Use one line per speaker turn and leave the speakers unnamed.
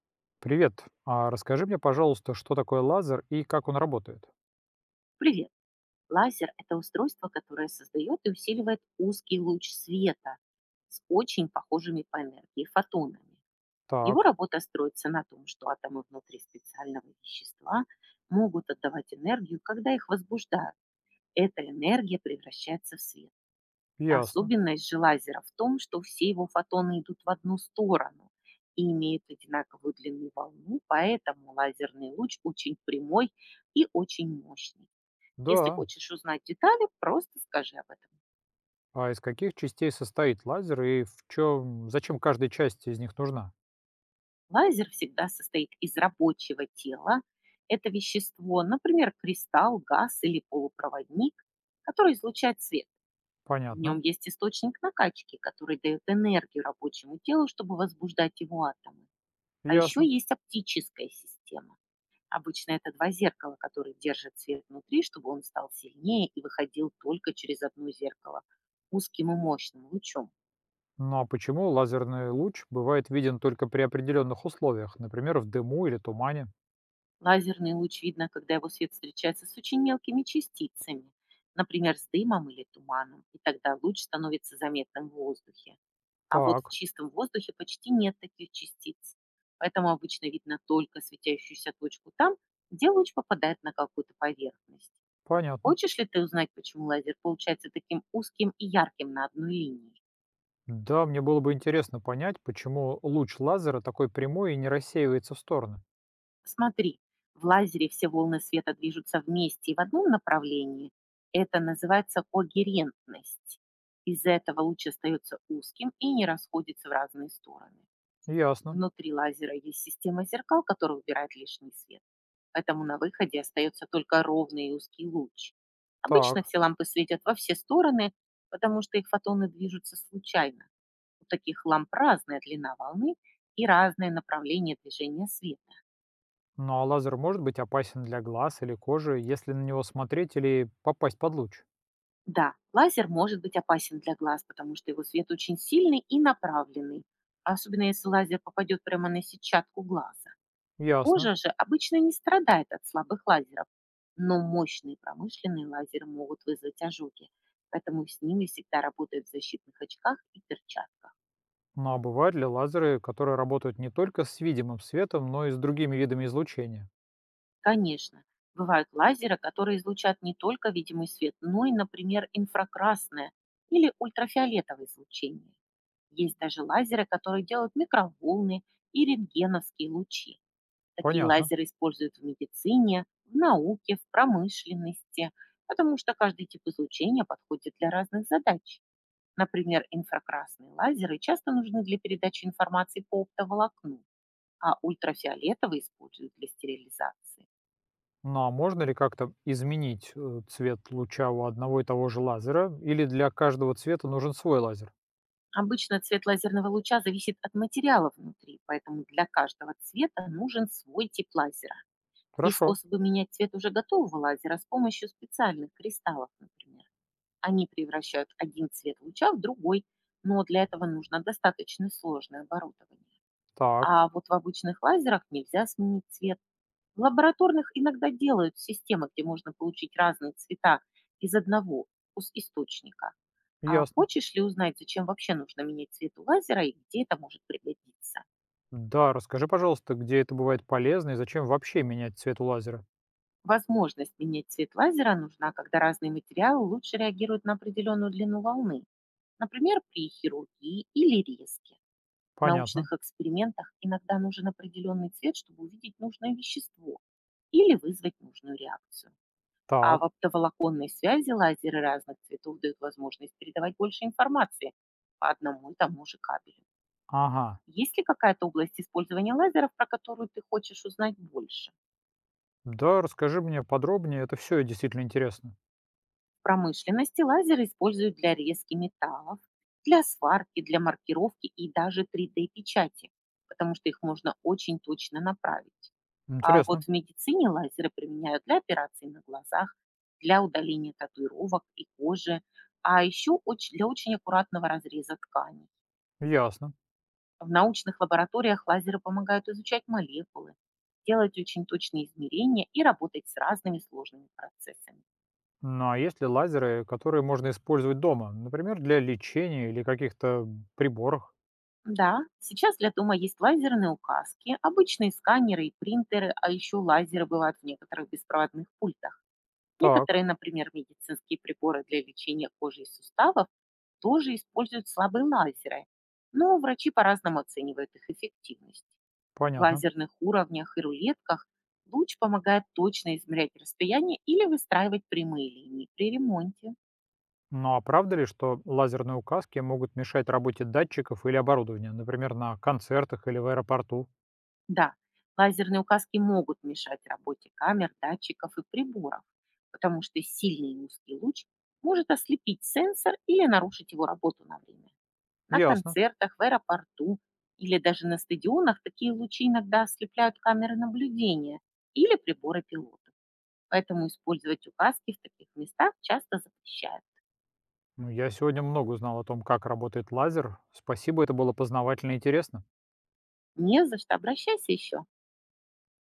Привет. А расскажи мне, пожалуйста, что такое лазер и как он работает?
Привет. Лазер– это устройство, которое создает и усиливает узкий луч света с очень похожими по энергии фотонами. Его
Так,
работа строится на том, что атомы внутри специального вещества могут отдавать энергию, когда их возбуждают. Эта энергия превращается в свет.
ясно.
Особенность же лазера в том, что все его фотоны идут в одну сторону и имеют одинаковую длину волны, поэтому лазерный луч очень прямой и очень мощный. Если
Да.
хочешь узнать детали, просто скажи об этом.
А из каких частей состоит лазер и в чем, зачем каждая часть из них нужна?
Лазер всегда состоит из рабочего тела. Это вещество, например, кристалл, газ или полупроводник, который излучает свет. В
Понятно.
нем есть источник накачки, который дает энергию рабочему телу, чтобы возбуждать его атомы. А еще
Ясно.
есть оптическая система. Обычно это два зеркала, которые держат свет внутри, чтобы он стал сильнее и выходил только через одно зеркало узким и мощным лучом.
Ну а почему лазерный луч бывает виден только при определенных условиях, например, в дыму или тумане?
Лазерный луч видно, когда его свет встречается с очень мелкими частицами, например, с дымом или туманом, и тогда луч становится заметным в воздухе. А вот в
Так,
чистом воздухе почти нет таких частиц. Поэтому обычно видно только светящуюся точку там, где луч попадает на какую-то поверхность.
понятно.
Хочешь ли ты узнать, почему лазер получается таким узким и ярким на одной линии?
Да, мне было бы интересно понять, почему луч лазера такой прямой и не рассеивается в стороны.
Смотри, в лазере все волны света движутся вместе и в одном направлении. Это называется когерентность. Из-за этого луч остается узким и не расходится в разные стороны.
Ясно.
Внутри лазера есть система зеркал, которая убирает лишний свет. Поэтому на выходе остается только ровный и узкий луч. Обычно
Так.
все лампы светят во все стороны, потому что их фотоны движутся случайно. У таких ламп разная длина волны и разное направление движения света.
Ну а лазер может быть опасен для глаз или кожи, если на него смотреть или попасть под луч?
Да, лазер может быть опасен для глаз, потому что его свет очень сильный и направленный, особенно если лазер попадет прямо на сетчатку глаза.
Ясно.
Кожа же обычно не страдает от слабых лазеров, но мощные промышленные лазеры могут вызвать ожоги, поэтому с ними всегда работают в защитных очках и перчатках.
Ну а бывают ли лазеры, которые работают не только с видимым светом, но и с другими видами излучения?
Конечно. Бывают лазеры, которые излучат не только видимый свет, но и, например, инфракрасное или ультрафиолетовое излучение. Есть даже лазеры, которые делают микроволны и рентгеновские лучи. Такие
Понятно.
лазеры используют в медицине, в науке, в промышленности, потому что каждый тип излучения подходит для разных задач. Например, инфракрасные лазеры часто нужны для передачи информации по оптоволокну, а ультрафиолетовые используют для стерилизации.
Ну а можно ли как-то изменить цвет луча у одного и того же лазера? Или для каждого цвета нужен свой лазер?
Обычно цвет лазерного луча зависит от материала внутри, поэтому для каждого цвета нужен свой тип лазера. Есть
Хорошо.
способы менять цвет уже готового лазера с помощью специальных кристаллов, например. Они превращают один цвет луча в другой, но для этого нужно достаточно сложное оборудование.
Так,
А вот в обычных лазерах нельзя сменить цвет. В лабораторных иногда делают системы, где можно получить разные цвета из одного источника. А
ясно.
хочешь ли узнать, зачем вообще нужно менять цвет у лазера и где это может пригодиться?
Да, расскажи, пожалуйста, где это бывает полезно и зачем вообще менять цвет у лазера?
Возможность менять цвет лазера нужна, когда разные материалы лучше реагируют на определенную длину волны, например, при хирургии или резке. В
Понятно.
научных экспериментах иногда нужен определенный цвет, чтобы увидеть нужное вещество или вызвать нужную реакцию. А в
Так.
оптоволоконной связи лазеры разных цветов дают возможность передавать больше информации по одному и тому же кабелю.
Ага.
Есть ли какая-то область использования лазеров, про которую ты хочешь узнать больше?
Да, расскажи мне подробнее, это все действительно интересно.
В промышленности лазеры используют для резки металлов, для сварки, для маркировки и даже 3D-печати, потому что их можно очень точно направить. А вот
Интересно,
в медицине лазеры применяют для операций на глазах, для удаления татуировок и кожи, а еще для очень аккуратного разреза тканей.
ясно.
В научных лабораториях лазеры помогают изучать молекулы, делать очень точные измерения и работать с разными сложными процессами.
Ну а есть ли лазеры, которые можно использовать дома, например, для лечения или каких-то приборах?
Да, сейчас для дома есть лазерные указки, обычные сканеры и принтеры, а еще лазеры бывают в некоторых беспроводных пультах.
Так,
Некоторые, например, медицинские приборы для лечения кожи и суставов тоже используют слабые лазеры, но врачи по-разному оценивают их эффективность. В
понятно.
лазерных уровнях и рулетках луч помогает точно измерять расстояние или выстраивать прямые линии при ремонте.
Ну а правда ли, что лазерные указки могут мешать работе датчиков или оборудования, например, на концертах или в аэропорту?
Да, лазерные указки могут мешать работе камер, датчиков и приборов, потому что сильный и узкий луч может ослепить сенсор или нарушить его работу на время. На
Ясно.
концертах, в аэропорту или даже на стадионах такие лучи иногда ослепляют камеры наблюдения или приборы пилотов. Поэтому использовать указки в таких местах часто запрещают.
Ну, я сегодня много узнал о том, как работает лазер. Спасибо, это было познавательно и интересно.
Не за что, обращайся еще.